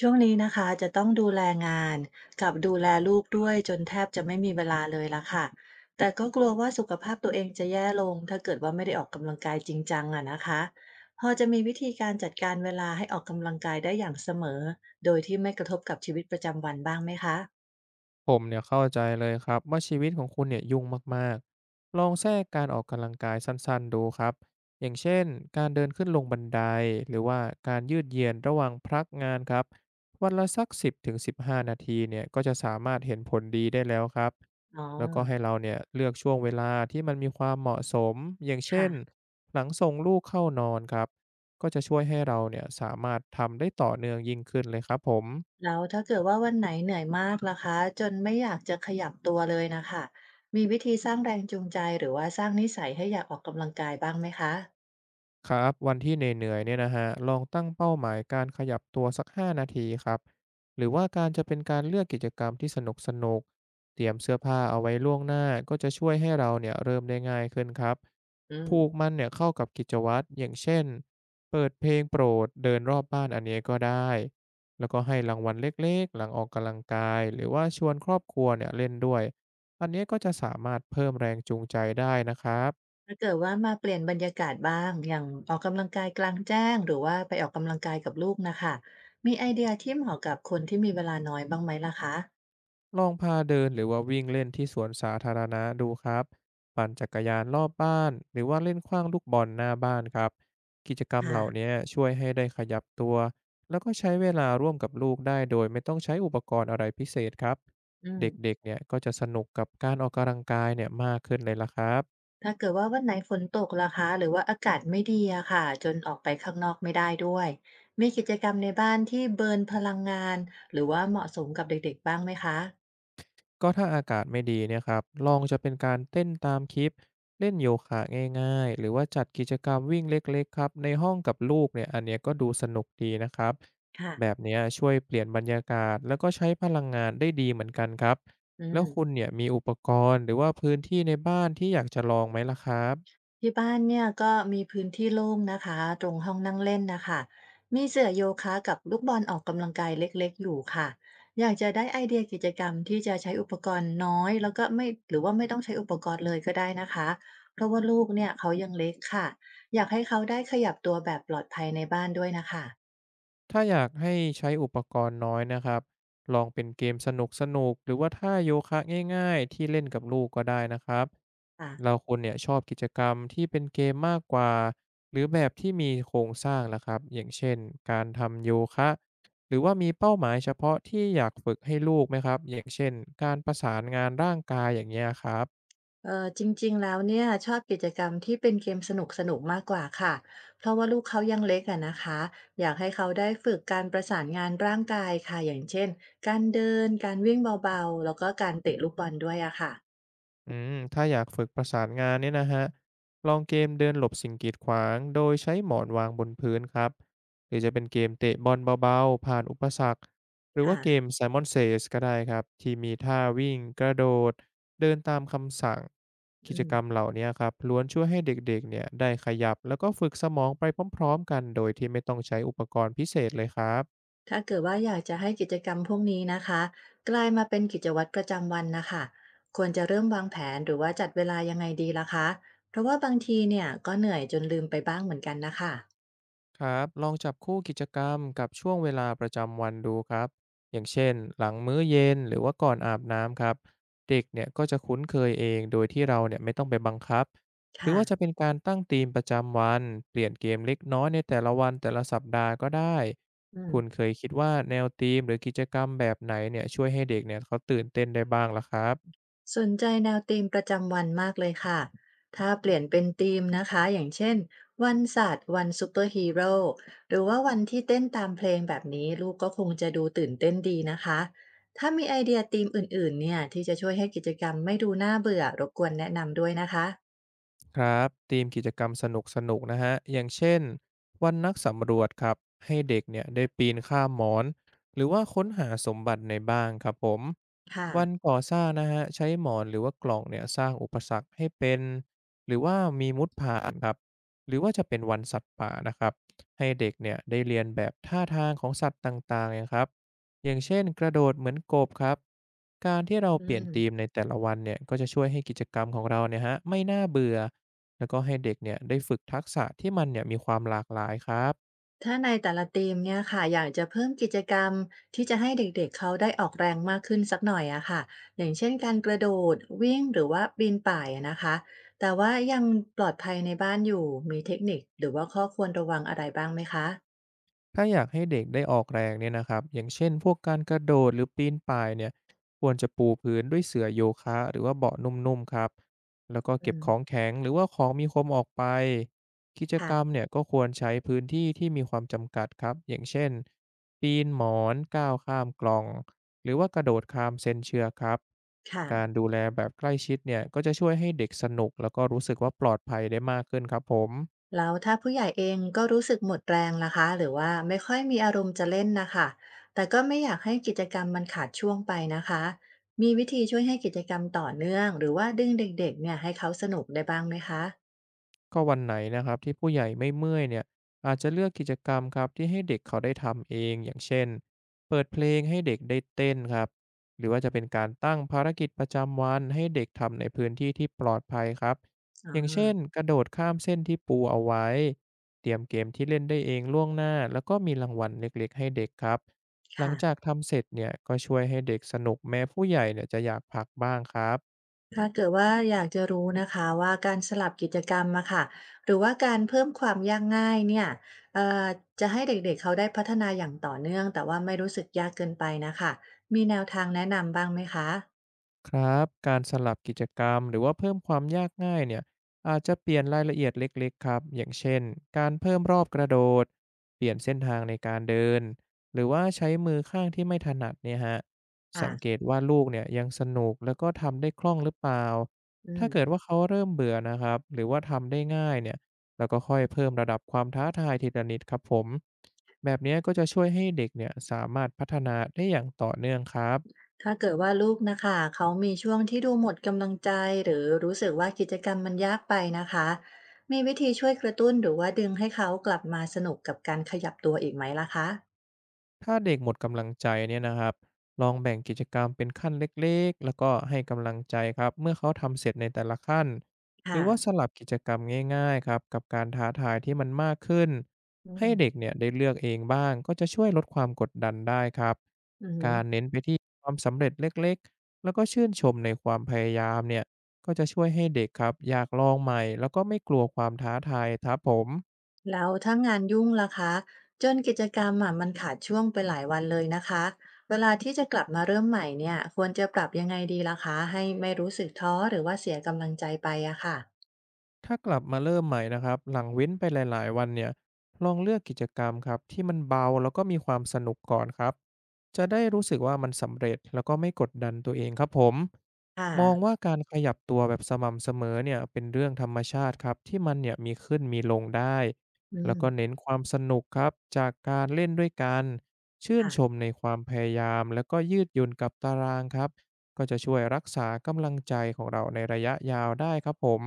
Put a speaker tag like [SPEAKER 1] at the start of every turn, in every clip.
[SPEAKER 1] ช่วงนี้นะคะจะต้องดูแลงานกับดูแลลูกด้วยจนแทบจะไม่มีเวลาเลยละค่ะแต่ก็กลัวว่าสุขภาพตัวเองจะแย่ลงถ้าเกิดว่าไม่ได้ออกกำลังกายจริงจังอะนะคะพอจะมีวิธีการจัดการเวลาให้ออกกำลังกายได้อย่างเสมอโดยที่ไม่กระทบกับชีวิตประจำวันบ้างไหมคะ
[SPEAKER 2] ผมเนี่ยเข้าใจเลยครับว่าชีวิตของคุณเนี่ยยุ่งมากๆลองแทรกการออกกำลังกายสั้นๆดูครับอย่างเช่นการเดินขึ้นลงบันไดหรือว่าการยืดเหยียดระหว่างพักงานครับวันละสัก10-15นาทีเนี่ยก็จะสามารถเห็นผลดีได้แล้วครับ
[SPEAKER 1] อ๋อ
[SPEAKER 2] แล้วก็ให้เราเนี่ยเลือกช่วงเวลาที่มันมีความเหมาะสมอย่างเช่
[SPEAKER 1] ค่ะ
[SPEAKER 2] นหลังส่งลูกเข้านอนครับก็จะช่วยให้เราเนี่ยสามารถทำได้ต่อเนื่องยิ่งขึ้นเลยครับผม
[SPEAKER 1] แล้วถ้าเกิดว่าวันไหนเหนื่อยมากล่ะคะจนไม่อยากจะขยับตัวเลยนะคะมีวิธีสร้างแรงจูงใจหรือว่าสร้างนิสัยให้อยากออกกำลังกายบ้างไหมคะ
[SPEAKER 2] ครับวันที่เหนื่อยๆเนี่ยนะฮะลองตั้งเป้าหมายการขยับตัวสัก5นาทีครับหรือว่าการจะเป็นการเลือกกิจกรรมที่สนุกๆเตรียมเสื้อผ้าเอาไว้ล่วงหน้าก็จะช่วยให้เราเนี่ยเริ่มได้ง่ายขึ้นครับ
[SPEAKER 1] อืม
[SPEAKER 2] ผูกมันเนี่ยเข้ากับกิจวัตรอย่างเช่นเปิดเพลงโปรดเดินรอบบ้านอันนี้ก็ได้แล้วก็ให้รางวัลเล็กๆหลังออกกำลังกายหรือว่าชวนครอบครัวเนี่ยเล่นด้วยอันนี้ก็จะสามารถเพิ่มแรงจูงใจได้นะครับ
[SPEAKER 1] ถ้าเกิดว่ามาเปลี่ยนบรรยากาศบ้างอย่างออกกำลังกายกลางแจ้งหรือว่าไปออกกำลังกายกับลูกนะคะมีไอเดียที่เหมาะกับคนที่มีเวลาน้อยบ้างไหมล่ะคะ
[SPEAKER 2] ลองพาเดินหรือว่าวิ่งเล่นที่สวนสาธารณะดูครับ ปั่นจักรยานรอบบ้านหรือว่าเล่นขว้างลูกบอลหน้าบ้านครับ กิจกรรม
[SPEAKER 1] ค่ะ
[SPEAKER 2] เหล่านี้ช่วยให้ได้ขยับตัวแล้วก็ใช้เวลาร่วมกับลูกได้โดยไม่ต้องใช้อุปกรณ์อะไรพิเศษครับ
[SPEAKER 1] อืม
[SPEAKER 2] เด็กๆเนี่ยก็จะสนุกกับการออกกำลังกายเนี่ยมากขึ้นเลยละครับ
[SPEAKER 1] ถ้าเกิดว่าวันไหนฝนตกล่ะคะหรือว่าอากาศไม่ดีอะค่ะจนออกไปข้างนอกไม่ได้ด้วยมีกิจกรรมในบ้านที่เบิร์นพลังงานหรือว่าเหมาะสมกับเด็กๆบ้างไหมคะ
[SPEAKER 2] ก็ถ้าอากาศไม่ดีเนี่ยครับลองจะเป็นการเต้นตามคลิปเล่นโยคะง่ายๆหรือว่าจัดกิจกรรมวิ่งเล็กๆครับในห้องกับลูกเนี่ยอันเนี้ยก็ดูสนุกดีนะครับ
[SPEAKER 1] ค่ะ
[SPEAKER 2] แบบเนี้ยช่วยเปลี่ยนบรรยากาศแล้วก็ใช้พลังงานได้ดีเหมือนกันครับ
[SPEAKER 1] อื
[SPEAKER 2] แล้วคุณ
[SPEAKER 1] ม
[SPEAKER 2] เนี่ยมีอุปกรณ์หรือว่าพื้นที่ในบ้านที่อยากจะลองไหมล่ะครับ
[SPEAKER 1] ที่บ้านเนี่ยก็มีพื้นที่โล่งนะคะตรงห้องนั่งเล่นนะคะมีเสื่อโยคะกับลูกบอลออกกำลังกายเล็กๆอยู่ค่ะอยากจะได้ไอเดียกิจกรรมที่จะใช้อุปกรณ์น้อยแล้วก็ไม่หรือว่าไม่ต้องใช้อุปกรณ์เลยก็ได้นะคะเพราะว่าลูกเนี่ยเขายังเล็กค่ะอยากให้เขาได้ขยับตัวแบบปลอดภัยในบ้านด้วยนะคะ
[SPEAKER 2] ถ้าอยากให้ใช้อุปกรณ์น้อยนะครับลองเป็นเกมสนุกหรือว่าท่าโยคะง่ายๆที่เล่นกับลูกก็ได้นะครับ
[SPEAKER 1] ค่ะ
[SPEAKER 2] เราคนเนี่ยชอบกิจกรรมที่เป็นเกมมากกว่าหรือแบบที่มีโครงสร้างนะครับอย่างเช่นการทำโยคะหรือว่ามีเป้าหมายเฉพาะที่อยากฝึกให้ลูกไหมครับอย่างเช่นการประสานงานร่างกายอย่างเงี้ยครับ
[SPEAKER 1] เออจริงๆแล้วเนี่ยชอบกิจกรรมที่เป็นเกมสนุกๆมากกว่าค่ะเพราะว่าลูกเขายังเล็กอะนะคะอยากให้เขาได้ฝึกการประสานงานร่างกายค่ะอย่างเช่นการเดินการวิ่งเบาๆแล้วก็การเตะลูกบอลด้วยอะค่ะ
[SPEAKER 2] อืมถ้าอยากฝึกประสานงานเนี่ยนะฮะลองเกมเดินหลบสิ่งกีดขวางโดยใช้หมอนวางบนพื้นครับหรือจะเป็นเกมเตะบอลเบาๆผ่านอุปสรรคหรือว่าเก
[SPEAKER 1] ค่ะ
[SPEAKER 2] ม Simon Says ก็ได้ครับที่มีท่าวิ่งกระโดดเดินตามคำสั่งกิ
[SPEAKER 1] อื
[SPEAKER 2] จกรรม
[SPEAKER 1] ม
[SPEAKER 2] เหล่านี้ครับล้วนช่วยให้เด็กๆเนี่ยได้ขยับแล้วก็ฝึกสมองไปพร้อมๆกันโดยที่ไม่ต้องใช้อุปกรณ์พิเศษเลยครับ
[SPEAKER 1] ถ้าเกิดว่าอยากจะให้กิจกรรมพวกนี้นะคะกลายมาเป็นกิจวัตรประจำวันนะคะควรจะเริ่มวางแผนหรือว่าจัดเวลายังไงดีล่ะคะเพราะว่าบางทีเนี่ยก็เหนื่อยจนลืมไปบ้างเหมือนกันนะคะ
[SPEAKER 2] ครับลองจับคู่กิจกรรมกับช่วงเวลาประจำวันดูครับอย่างเช่นหลังมื้อเย็นหรือว่าก่อนอาบน้ำครับเด็กเนี่ยก็จะคุ้นเคยเองโดยที่เราเนี่ยไม่ต้องไปบังคับหรือ
[SPEAKER 1] ค่ะ
[SPEAKER 2] ว่าจะเป็นการตั้งธีมประจำวันเปลี่ยนเกมเล็กน้อยในแต่ละวันแต่ละสัปดาห์ก็ได้
[SPEAKER 1] อืม
[SPEAKER 2] คุณเคยคิดว่าแนวธีมหรือกิจกรรมแบบไหนเนี่ยช่วยให้เด็กเนี่ยเขาตื่นเต้นได้บ้างล่ะครับ
[SPEAKER 1] สนใจแนวธีมประจำวันมากเลยค่ะ ถ้าเปลี่ยนเป็นธีมนะคะ อย่างเช่นวันศาสตร์วันซูเปอร์ฮีโร่หรือว่าวันที่เต้นตามเพลงแบบนี้ลูกก็คงจะดูตื่นเต้นดีนะคะ ถ้ามีไอเดียธีมอื่นๆเนี่ยที่จะช่วยให้กิจกรรมไม่ดูน่าเบื่อรบกวนแนะนำด้วยนะคะ
[SPEAKER 2] ครับธีมกิจกรรมสนุกนะฮะอย่างเช่นวันนักสำรวจครับให้เด็กเนี่ยได้ปีนข้ามหมอนหรือว่าค้นหาสมบัติในบ้านครับผม
[SPEAKER 1] ค่ะ
[SPEAKER 2] วันก่อสร้างนะฮะใช้หมอนหรือว่ากล่องเนี่ยสร้างอุปสรรคให้เป็นหรือว่ามีมุดผ่านครับหรือว่าจะเป็นวันสัตว์ป่านะครับให้เด็กเนี่ยได้เรียนแบบท่าทางของสัตว์ต่างๆนะครับอย่างเช่นกระโดดเหมือนกบครับการที่เรา
[SPEAKER 1] อื
[SPEAKER 2] เปลี่ยน
[SPEAKER 1] ม
[SPEAKER 2] ธีมในแต่ละวันเนี่ยก็จะช่วยให้กิจกรรมของเราเนี่ยฮะไม่น่าเบื่อ แล้วก็ให้เด็กเนี่ยได้ฝึกทักษะที่มันเนี่ยมีความหลากหลายครับ
[SPEAKER 1] ถ้าในแต่ละทีมเนี่ยค่ะอยากจะเพิ่มกิจกรรมที่จะให้เด็กๆเขาได้ออกแรงมากขึ้นสักหน่อยอะค่ะอย่างเช่นการกระโดดวิ่งหรือว่าปีนป่ายอะนะคะแต่ว่ายังปลอดภัยในบ้านอยู่มีเทคนิคหรือว่าข้อควรระวังอะไรบ้างไหมคะ
[SPEAKER 2] ถ้าอยากให้เด็กได้ออกแรงเนี่ยนะครับอย่างเช่น พวกการกระโดดหรือปีนป่ายเนี่ยควรจะปูพื้นด้วยเสื่อโยคะหรือว่าเบาะนุ่มๆครับแล้วก็
[SPEAKER 1] อื
[SPEAKER 2] เก็บของ
[SPEAKER 1] ม
[SPEAKER 2] แข็งหรือว่าของมีคมออกไปกิจก
[SPEAKER 1] ค่ะ
[SPEAKER 2] รรมเนี่ยก็ควรใช้พื้นที่ที่มีความจำกัดครับ อย่างเช่นปีนหมอนก้าวข้ามกล่องหรือว่ากระโดดข้ามเส้นเชือกครับการ
[SPEAKER 1] ค่ะ
[SPEAKER 2] ดูแลแบบใกล้ชิดเนี่ยก็จะช่วยให้เด็กสนุกแล้วก็รู้สึกว่าปลอดภัยได้มากขึ้นครับผม
[SPEAKER 1] แล้วถ้าผู้ใหญ่เองก็รู้สึกหมดแรงล่ะคะหรือว่าไม่ค่อยมีอารมณ์จะเล่นนะคะแต่ก็ไม่อยากให้กิจกรรมมันขาดช่วงไปนะคะมีวิธีช่วยให้กิจกรรมต่อเนื่องหรือว่าดึงเด็กๆเนี่ยให้เขาสนุกได้บ้างไหมคะ
[SPEAKER 2] ก็วันไหนนะครับที่ผู้ใหญ่ไม่เมื่อยเนี่ยอาจจะเลือกกิจกรรมครับที่ให้เด็กเขาได้ทำเองอย่างเช่นเปิดเพลงให้เด็กได้เต้นครับหรือว่าจะเป็นการตั้งภารกิจประจำวันให้เด็กทำในพื้นที่ที่ปลอดภัยครับ
[SPEAKER 1] อ๋
[SPEAKER 2] อย่าง
[SPEAKER 1] อ
[SPEAKER 2] เช่นกระโดดข้ามเส้นที่ปูเอาไว้เตรียมเกมที่เล่นได้เองล่วงหน้าแล้วก็มีรางวัลเล็กๆให้เด็กครับหลัง
[SPEAKER 1] ค่ะ
[SPEAKER 2] จากทำเสร็จเนี่ยก็ช่วยให้เด็กสนุกแม้ผู้ใหญ่เนี่ยจะอยากพักบ้างครับ
[SPEAKER 1] ถ้าเกิดว่าอยากจะรู้นะคะว่าการสลับกิจกรรมอะค่ะหรือว่าการเพิ่มความยากง่ายเนี่ยเอ่อจะให้เด็กๆเขาได้พัฒนาอย่างต่อเนื่องแต่ว่าไม่รู้สึกยากเกินไปนะคะมีแนวทางแนะนำบ้างไหมคะ
[SPEAKER 2] ครับการสลับกิจกรรมหรือว่าเพิ่มความยากง่ายเนี่ยอาจจะเปลี่ยนรายละเอียดเล็กๆครับอย่างเช่นการเพิ่มรอบกระโดดเปลี่ยนเส้นทางในการเดินหรือว่าใช้มือข้างที่ไม่ถนัดเนี่ยฮะ
[SPEAKER 1] ค่ะ
[SPEAKER 2] สังเกตว่าลูกเนี่ยยังสนุกแล้วก็ทำได้คล่องหรือเปล่า
[SPEAKER 1] อื
[SPEAKER 2] ถ้าเกิด
[SPEAKER 1] ม
[SPEAKER 2] ว่าเขาเริ่มเบื่อนะครับหรือว่าทำได้ง่ายเนี่ยแล้วก็ค่อยเพิ่มระดับความท้าทายทีละนิดครับผมแบบเนี้ยก็จะช่วยให้เด็กเนี่ยสามารถพัฒนาได้อย่างต่อเนื่องครับ
[SPEAKER 1] ถ้าเกิดว่าลูกนะคะเขามีช่วงที่ดูหมดกำลังใจหรือรู้สึกว่ากิจกรรมมันยากไปนะคะมีวิธีช่วยกระตุ้นหรือว่าดึงให้เขากลับมาสนุกกับการขยับตัวอีกไหมล่ะคะ
[SPEAKER 2] ถ้าเด็กหมดกำลังใจเนี่ยนะครับลองแบ่งกิจกรรมเป็นขั้นเล็กๆ แล้วก็ให้กำลังใจครับเมื่อเขาทำเสร็จในแต่ละขั้น หรือว่าส
[SPEAKER 1] ค่ะ
[SPEAKER 2] ลับกิจกรรมง่ายๆ ครับ กับการท้าทายที่มันมากขึ้น
[SPEAKER 1] อื
[SPEAKER 2] ให้เด็
[SPEAKER 1] ม
[SPEAKER 2] กเนี่ยได้เลือกเองบ้างก็จะช่วยลดความกดดันได้ครับ
[SPEAKER 1] อื
[SPEAKER 2] การ
[SPEAKER 1] ม
[SPEAKER 2] เน้นไปที่ความสำเร็จเล็กๆแล้วก็ชื่นชมในความพยายามเนี่ยก็จะช่วยให้เด็กครับอยากลองใหม่แล้วก็ไม่กลัวความท้าทายครับผม
[SPEAKER 1] แล้วถ้างานยุ่งล่ะคะจนกิจกรรมอะมันขาดช่วงไปหลายวันเลยนะคะเวลาที่จะกลับมาเริ่มใหม่เนี่ยควรจะปรับยังไงดีล่ะคะให้ไม่รู้สึกท้อหรือว่าเสียกำลังใจไปอะค่ะ
[SPEAKER 2] ถ้ากลับมาเริ่มใหม่นะครับหลังเว้นไปหลายๆวันเนี่ยลองเลือกกิจกรรมครับที่มันเบาแล้วก็มีความสนุกก่อนครับจะได้รู้สึกว่ามันสำเร็จแล้วก็ไม่กดดันตัวเองครับผม
[SPEAKER 1] ค
[SPEAKER 2] มอง
[SPEAKER 1] ่ะ
[SPEAKER 2] ว่าการขยับตัวแบบสม่ำเสมอเนี่ยเป็นเรื่องธรรมชาติครับที่มันเนี่ยมีขึ้นมีลงได้
[SPEAKER 1] อื
[SPEAKER 2] แล้วก็เน้น
[SPEAKER 1] ม
[SPEAKER 2] ความสนุกครับจากการเล่นด้วยกันชื่นชม
[SPEAKER 1] ค่ะ
[SPEAKER 2] ในความพยายามแล้วก็ยืดหยุ่นกับตารางครับก็จะช่วยรักษากำลังใจของเราในระยะยาวได้ครับผม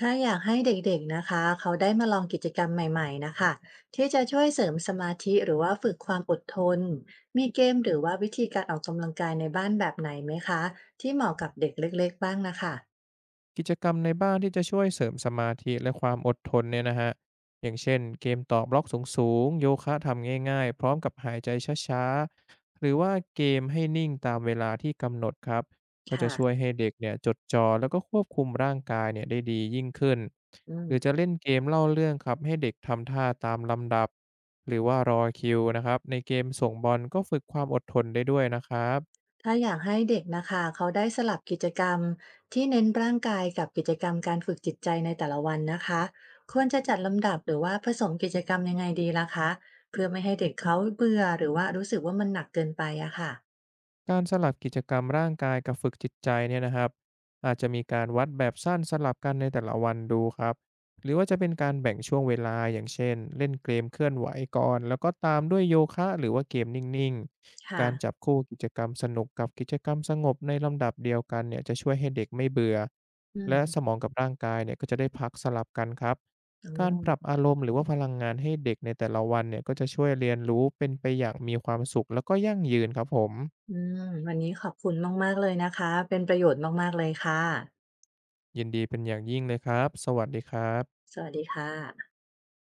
[SPEAKER 1] ถ้าอยากให้เด็กๆนะคะเขาได้มาลองกิจกรรมใหม่ๆนะคะที่จะช่วยเสริมสมาธิหรือว่าฝึกความอดทนมีเกมหรือว่าวิธีการออกกำลังกายในบ้านแบบไหนไหมคะที่เหมาะกับเด็กเล็กๆบ้างนะคะ
[SPEAKER 2] กิจกรรมในบ้านที่จะช่วยเสริมสมาธิและความอดทนเนี่ยนะฮะอย่างเช่นเกมต่อบล็อกสูงๆโยคะทำง่ายๆพร้อมกับหายใจช้าๆหรือว่าเกมให้นิ่งตามเวลาที่กำหนดครับก็จะ
[SPEAKER 1] ค่ะ
[SPEAKER 2] ช่วยให้เด็กเนี่ยจดจ่อแล้วก็ควบคุมร่างกายเนี่ยได้ดียิ่งขึ้น
[SPEAKER 1] อื
[SPEAKER 2] ห
[SPEAKER 1] ม
[SPEAKER 2] รือจะเล่นเกมเล่าเรื่องครับให้เด็กทำท่าตามลำดับหรือว่ารอคิวนะครับในเกมส่งบอลก็ฝึกความอดทนได้ด้วยนะครับ
[SPEAKER 1] ถ้าอยากให้เด็กนะคะเขาได้สลับกิจกรรมที่เน้นร่างกายกับกิจกรรมการฝึกจิตใจในแต่ละวันนะคะควรจะจัดลำดับหรือว่าผสมกิจกรรมยังไงดีล่ะคะเพื่อไม่ให้เด็กเขาเบื่อหรือว่ารู้สึกว่ามันหนักเกินไปอะค่ะ
[SPEAKER 2] การสลับกิจกรรมร่างกายกับฝึกจิตใจเนี่ยนะครับอาจจะมีการวัดแบบสั้นสลับกันในแต่ละวันดูครับหรือว่าจะเป็นการแบ่งช่วงเวลาอย่างเช่นเล่นเกมเคลื่อนไหวก่อนแล้วก็ตามด้วยโยคะหรือว่าเกมนิ่งๆ
[SPEAKER 1] ค่ะ
[SPEAKER 2] การจับคู่กิจกรรมสนุกกับกิจกรรมสงบในลำดับเดียวกันเนี่ยจะช่วยให้เด็กไม่เบื่อ
[SPEAKER 1] อืม
[SPEAKER 2] และสมองกับร่างกายเนี่ยก็จะได้พักสลับกันครับ
[SPEAKER 1] อ๋อ
[SPEAKER 2] การปรับอารมณ์หรือว่าพลังงานให้เด็กในแต่ละวันเนี่ยก็จะช่วยเรียนรู้เป็นไปอย่างมีความสุขแล้วก็ยั่งยืนครับผม
[SPEAKER 1] อืมวันนี้ขอบคุณมากๆเลยนะคะ เป็นประโยชน์มากๆเลยค่ะ
[SPEAKER 2] ยินดีเป็นอย่างยิ่งเลยครับ สวัสดีครับ
[SPEAKER 1] สวัสดีค่ะ